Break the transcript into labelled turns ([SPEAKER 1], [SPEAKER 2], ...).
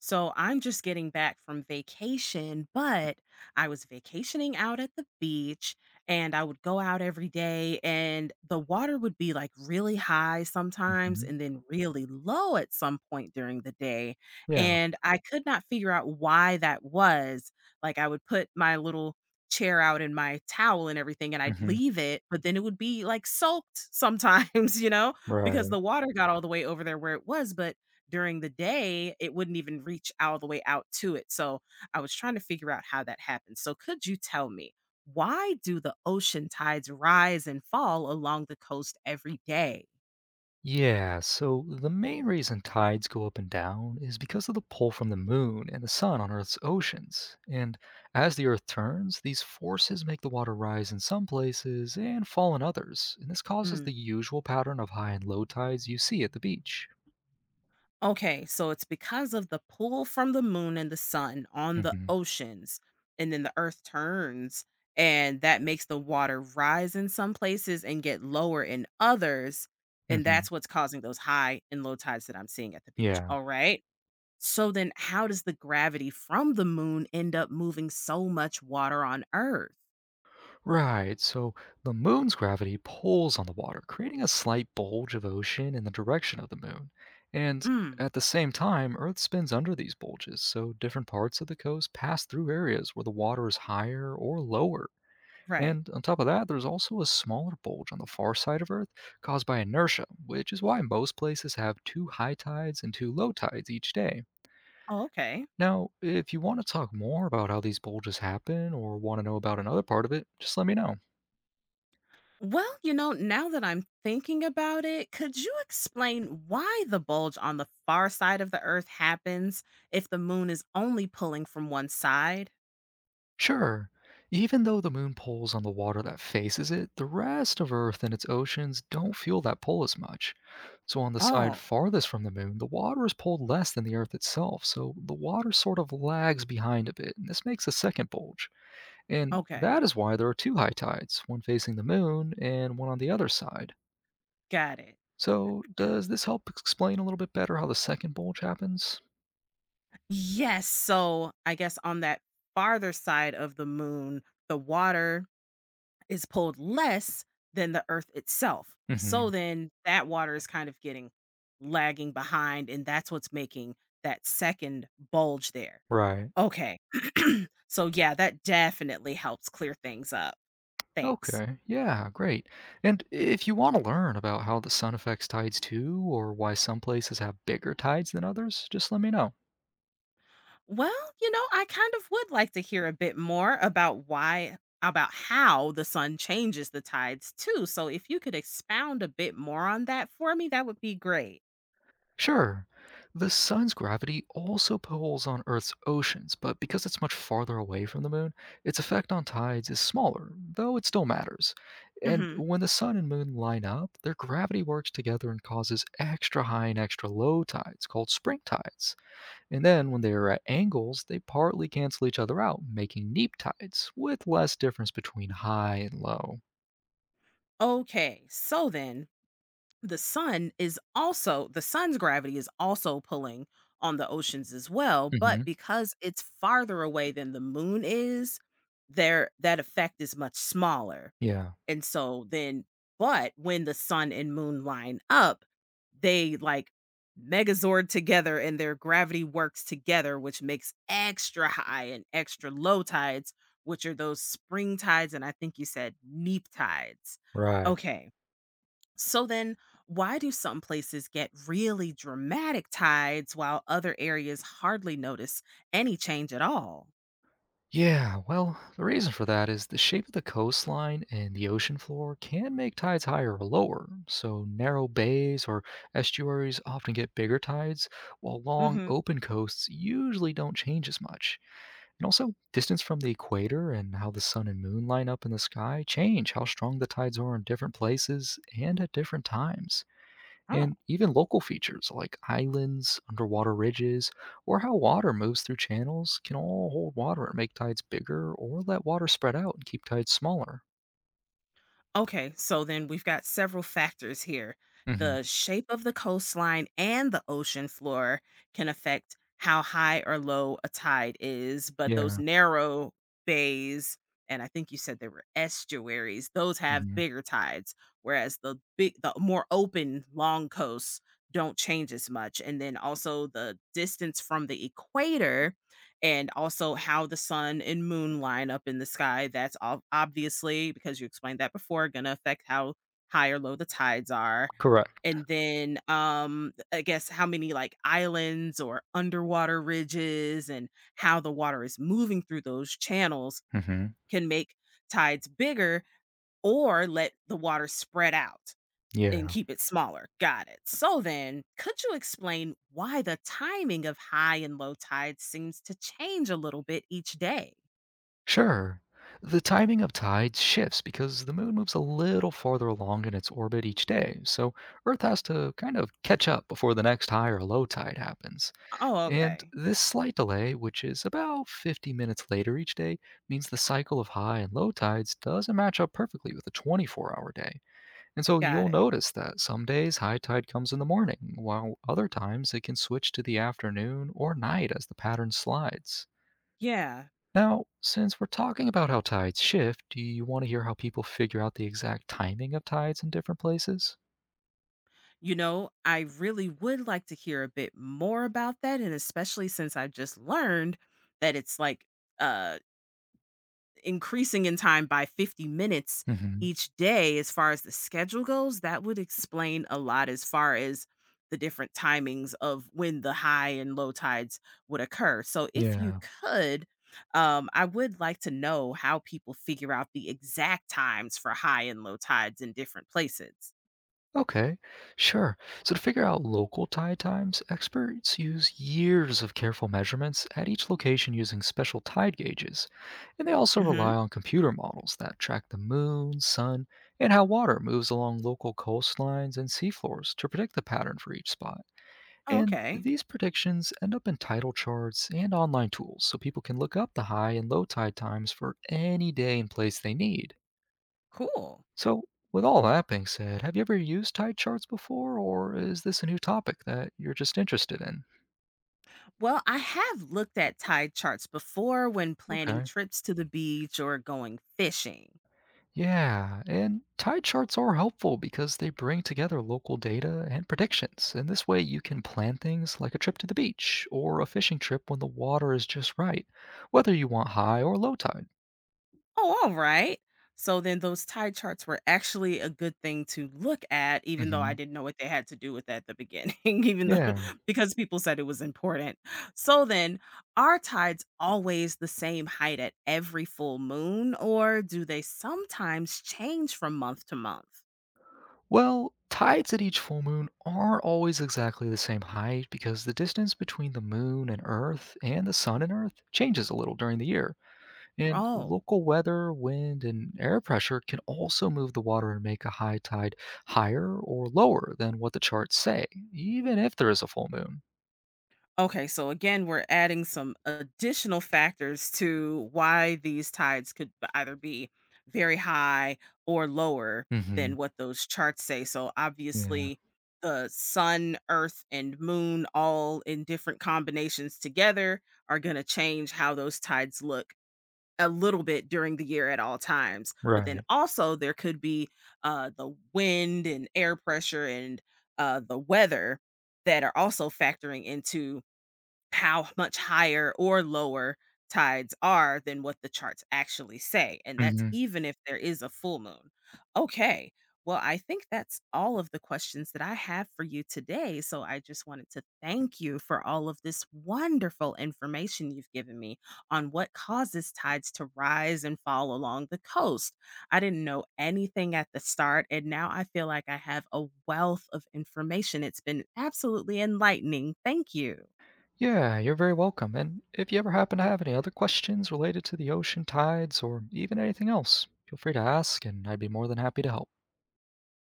[SPEAKER 1] So I'm just getting back from vacation, but I was vacationing out at the beach, and I would go out every day and the water would be like really high sometimes
[SPEAKER 2] Mhm.
[SPEAKER 1] and then really low at some point during the day.
[SPEAKER 2] Yeah.
[SPEAKER 1] And I could not figure out why that was. Like I would put my little chair out and my towel and everything and I'd
[SPEAKER 2] Mhm.
[SPEAKER 1] leave it, but then it would be like soaked sometimes, because
[SPEAKER 2] Right.
[SPEAKER 1] the water got all the way over there where it was, but during the day, it wouldn't even reach all the way out to it. So I was trying to figure out how that happens. So could you tell me, why do the ocean tides rise and fall along the coast every day?
[SPEAKER 2] Yeah, so the main reason tides go up and down is because of the pull from the moon and the sun on Earth's oceans. And as the Earth turns, these forces make the water rise in some places and fall in others. And this causes the
[SPEAKER 1] Mm.
[SPEAKER 2] usual pattern of high and low tides you see at the beach.
[SPEAKER 1] Okay, so it's because of the pull from the moon and the sun on the
[SPEAKER 2] Hmm.
[SPEAKER 1] oceans, and then the earth turns, and that makes the water rise in some places and get lower in others. And
[SPEAKER 2] Hmm.
[SPEAKER 1] that's what's causing those high and low tides that I'm seeing at the beach.
[SPEAKER 2] Yeah.
[SPEAKER 1] All right. So then how does the gravity from the moon end up moving so much water on Earth?
[SPEAKER 2] Right, so the moon's gravity pulls on the water, creating a slight bulge of ocean in the direction of the moon. And
[SPEAKER 1] Mm,
[SPEAKER 2] at the same time, Earth spins under these bulges, so different parts of the coast pass through areas where the water is higher or lower.
[SPEAKER 1] right.
[SPEAKER 2] And on top of that, there's also a smaller bulge on the far side of Earth caused by inertia, which is why most places have two high tides and two low tides each day.
[SPEAKER 1] Oh, okay.
[SPEAKER 2] Now, if you want to talk more about how these bulges happen or want to know about another part of it, just let me know.
[SPEAKER 1] Well, you know, now that I'm thinking about it, could you explain why the bulge on the far side of the Earth happens if the moon is only pulling from one side?
[SPEAKER 2] Sure, even though the moon pulls on the water that faces it, the rest of Earth and its oceans don't feel that pull as much. So, on the side
[SPEAKER 1] Oh,
[SPEAKER 2] farthest from the moon, the water is pulled less than the Earth itself, so the water sort of lags behind a bit, and this makes a second bulge. And
[SPEAKER 1] okay.
[SPEAKER 2] that is why there are two high tides, one facing the moon and one on the other side.
[SPEAKER 1] Got it.
[SPEAKER 2] So, does this help explain a little bit better how the second bulge happens?
[SPEAKER 1] Yes. So I guess on that farther side of the moon, the water is pulled less than the earth itself. So
[SPEAKER 2] Hmm.
[SPEAKER 1] then that water is kind of getting lagging behind, and that's what's making that second bulge there.
[SPEAKER 2] Right.
[SPEAKER 1] Okay. So, yeah, that definitely helps clear things up. Thanks.
[SPEAKER 2] Okay. Yeah, great. And if you want to learn about how the sun affects tides too, or why some places have bigger tides than others, just let me know.
[SPEAKER 1] Well, you know, I kind of would like to hear a bit more about why, about how the sun changes the tides too. So, if you could expound a bit more on that for me, that would be great.
[SPEAKER 2] Sure. The sun's gravity also pulls on Earth's oceans, but because it's much farther away from the moon, its effect on tides is smaller, though it still matters. And
[SPEAKER 1] Hmm.
[SPEAKER 2] when the sun and moon line up, their gravity works together and causes extra high and extra low tides called spring tides. And then when they are at angles, they partly cancel each other out, making neap tides with less difference between high and low.
[SPEAKER 1] Okay, so then the sun's gravity is also pulling on the oceans as well,
[SPEAKER 2] Hmm.
[SPEAKER 1] but because it's farther away than the moon is there, that effect is much smaller,
[SPEAKER 2] Yeah.
[SPEAKER 1] and so then, but when the sun and moon line up, they like megazord together and their gravity works together, which makes extra high and extra low tides, which are those spring tides and I think you said neap tides.
[SPEAKER 2] Right.
[SPEAKER 1] Okay, so then, why do some places get really dramatic tides while other areas hardly notice any change at all?
[SPEAKER 2] Yeah, well, the reason for that is the shape of the coastline and the ocean floor can make tides higher or lower. So, narrow bays or estuaries often get bigger tides, while long
[SPEAKER 1] Hmm.
[SPEAKER 2] open coasts usually don't change as much. And also, distance from the equator and how the sun and moon line up in the sky change how strong the tides are in different places and at different times.
[SPEAKER 1] Oh.
[SPEAKER 2] And even local features like islands, underwater ridges, or how water moves through channels can all hold water and make tides bigger or let water spread out and keep tides smaller.
[SPEAKER 1] Okay, so then we've got several factors here.
[SPEAKER 2] Hmm.
[SPEAKER 1] The shape of the coastline and the ocean floor can affect how high or low a tide is, but those
[SPEAKER 2] Yeah.
[SPEAKER 1] narrow bays, and I think you said they were estuaries, those have
[SPEAKER 2] Hmm.
[SPEAKER 1] bigger tides, whereas the more open long coasts don't change as much. And then also the distance from the equator and also how the sun and moon line up in the sky. That's all obviously, because you explained that before, going to affect how high or low the tides are.
[SPEAKER 2] Correct.
[SPEAKER 1] And then I guess how many like islands or underwater ridges and how the water is moving through those channels
[SPEAKER 2] Hmm.
[SPEAKER 1] can make tides bigger or let the water spread out. And
[SPEAKER 2] Yeah.
[SPEAKER 1] keep it smaller. Got it. So then, could you explain why the timing of high and low tide seems to change a little bit each day?
[SPEAKER 2] Sure. The timing of tides shifts because the moon moves a little farther along in its orbit each day, so Earth has to kind of catch up before the next high or low tide happens.
[SPEAKER 1] Oh,
[SPEAKER 2] And
[SPEAKER 1] okay.
[SPEAKER 2] this slight delay, which is about 50 minutes later each day, means the cycle of high and low tides doesn't match up perfectly with a 24-hour day. And so
[SPEAKER 1] Got
[SPEAKER 2] you'll
[SPEAKER 1] it.
[SPEAKER 2] notice that some days high tide comes in the morning, while other times it can switch to the afternoon or night as the pattern slides.
[SPEAKER 1] Yeah.
[SPEAKER 2] Now, since we're talking about how tides shift, do you want to hear how people figure out the exact timing of tides in different places?
[SPEAKER 1] You know, I really would like to hear a bit more about that. And especially since I just learned that it's like uh increasing in time by 50 minutes
[SPEAKER 2] Hmm.
[SPEAKER 1] each day as far as the schedule goes, that would explain a lot as far as the different timings of when the high and low tides would occur. So if you
[SPEAKER 2] Yeah.
[SPEAKER 1] could, I would like to know how people figure out the exact times for high and low tides in different places.
[SPEAKER 2] Okay, sure. So to figure out local tide times, experts use years of careful measurements at each location using special tide gauges. And they also
[SPEAKER 1] Hmm.
[SPEAKER 2] rely on computer models that track the moon, sun, and how water moves along local coastlines and seafloors to predict the pattern for each spot. And
[SPEAKER 1] Okay.
[SPEAKER 2] these predictions end up in title charts and online tools so people can look up the high and low tide times for any day and place they need.
[SPEAKER 1] Cool.
[SPEAKER 2] So, with all that being said, have you ever used tide charts before, or is this a new topic that you're just interested in?
[SPEAKER 1] Well, I have looked at tide charts before when planning
[SPEAKER 2] Okay.
[SPEAKER 1] trips to the beach or going fishing.
[SPEAKER 2] Yeah, and tide charts are helpful because they bring together local data and predictions. And this way you can plan things like a trip to the beach or a fishing trip when the water is just right, whether you want high or low tide.
[SPEAKER 1] Oh, all right. So then those tie charts were actually a good thing to look at, even though I
[SPEAKER 2] Hmm.
[SPEAKER 1] didn't know what they had to do with that at the beginning, even though
[SPEAKER 2] Yeah.
[SPEAKER 1] because people said it was important. So then, are tides always the same height at every full moon, or do they sometimes change from month to month?
[SPEAKER 2] Well, tides at each full moon aren't always exactly the same height because the distance between the moon and Earth and the sun and Earth changes a little during the year. And
[SPEAKER 1] Oh.
[SPEAKER 2] local weather, wind, and air pressure can also move the water and make a high tide higher or lower than what the charts say, even if there is a full moon.
[SPEAKER 1] Okay, so again, we're adding some additional factors to why these tides could either be very high or lower
[SPEAKER 2] Mhm.
[SPEAKER 1] than what those charts say. So
[SPEAKER 2] Yeah.
[SPEAKER 1] obviously, the sun, earth, and moon, all in different combinations together, are going to change how those tides look a little bit during the year at all times. But then
[SPEAKER 2] Right.
[SPEAKER 1] also, there could be the wind and air pressure and the weather that are also factoring into how much higher or lower tides are than what the charts actually say, and that's
[SPEAKER 2] Mhm.
[SPEAKER 1] even if there is a full moon. Okay. Well, I think that's all of the questions that I have for you today. So I just wanted to thank you for all of this wonderful information you've given me on what causes tides to rise and fall along the coast. I didn't know anything at the start, and now I feel like I have a wealth of information. It's been absolutely enlightening. Thank you.
[SPEAKER 2] Yeah, you're very welcome. And if you ever happen to have any other questions related to the ocean tides or even anything else, feel free to ask and I'd be more than happy to help.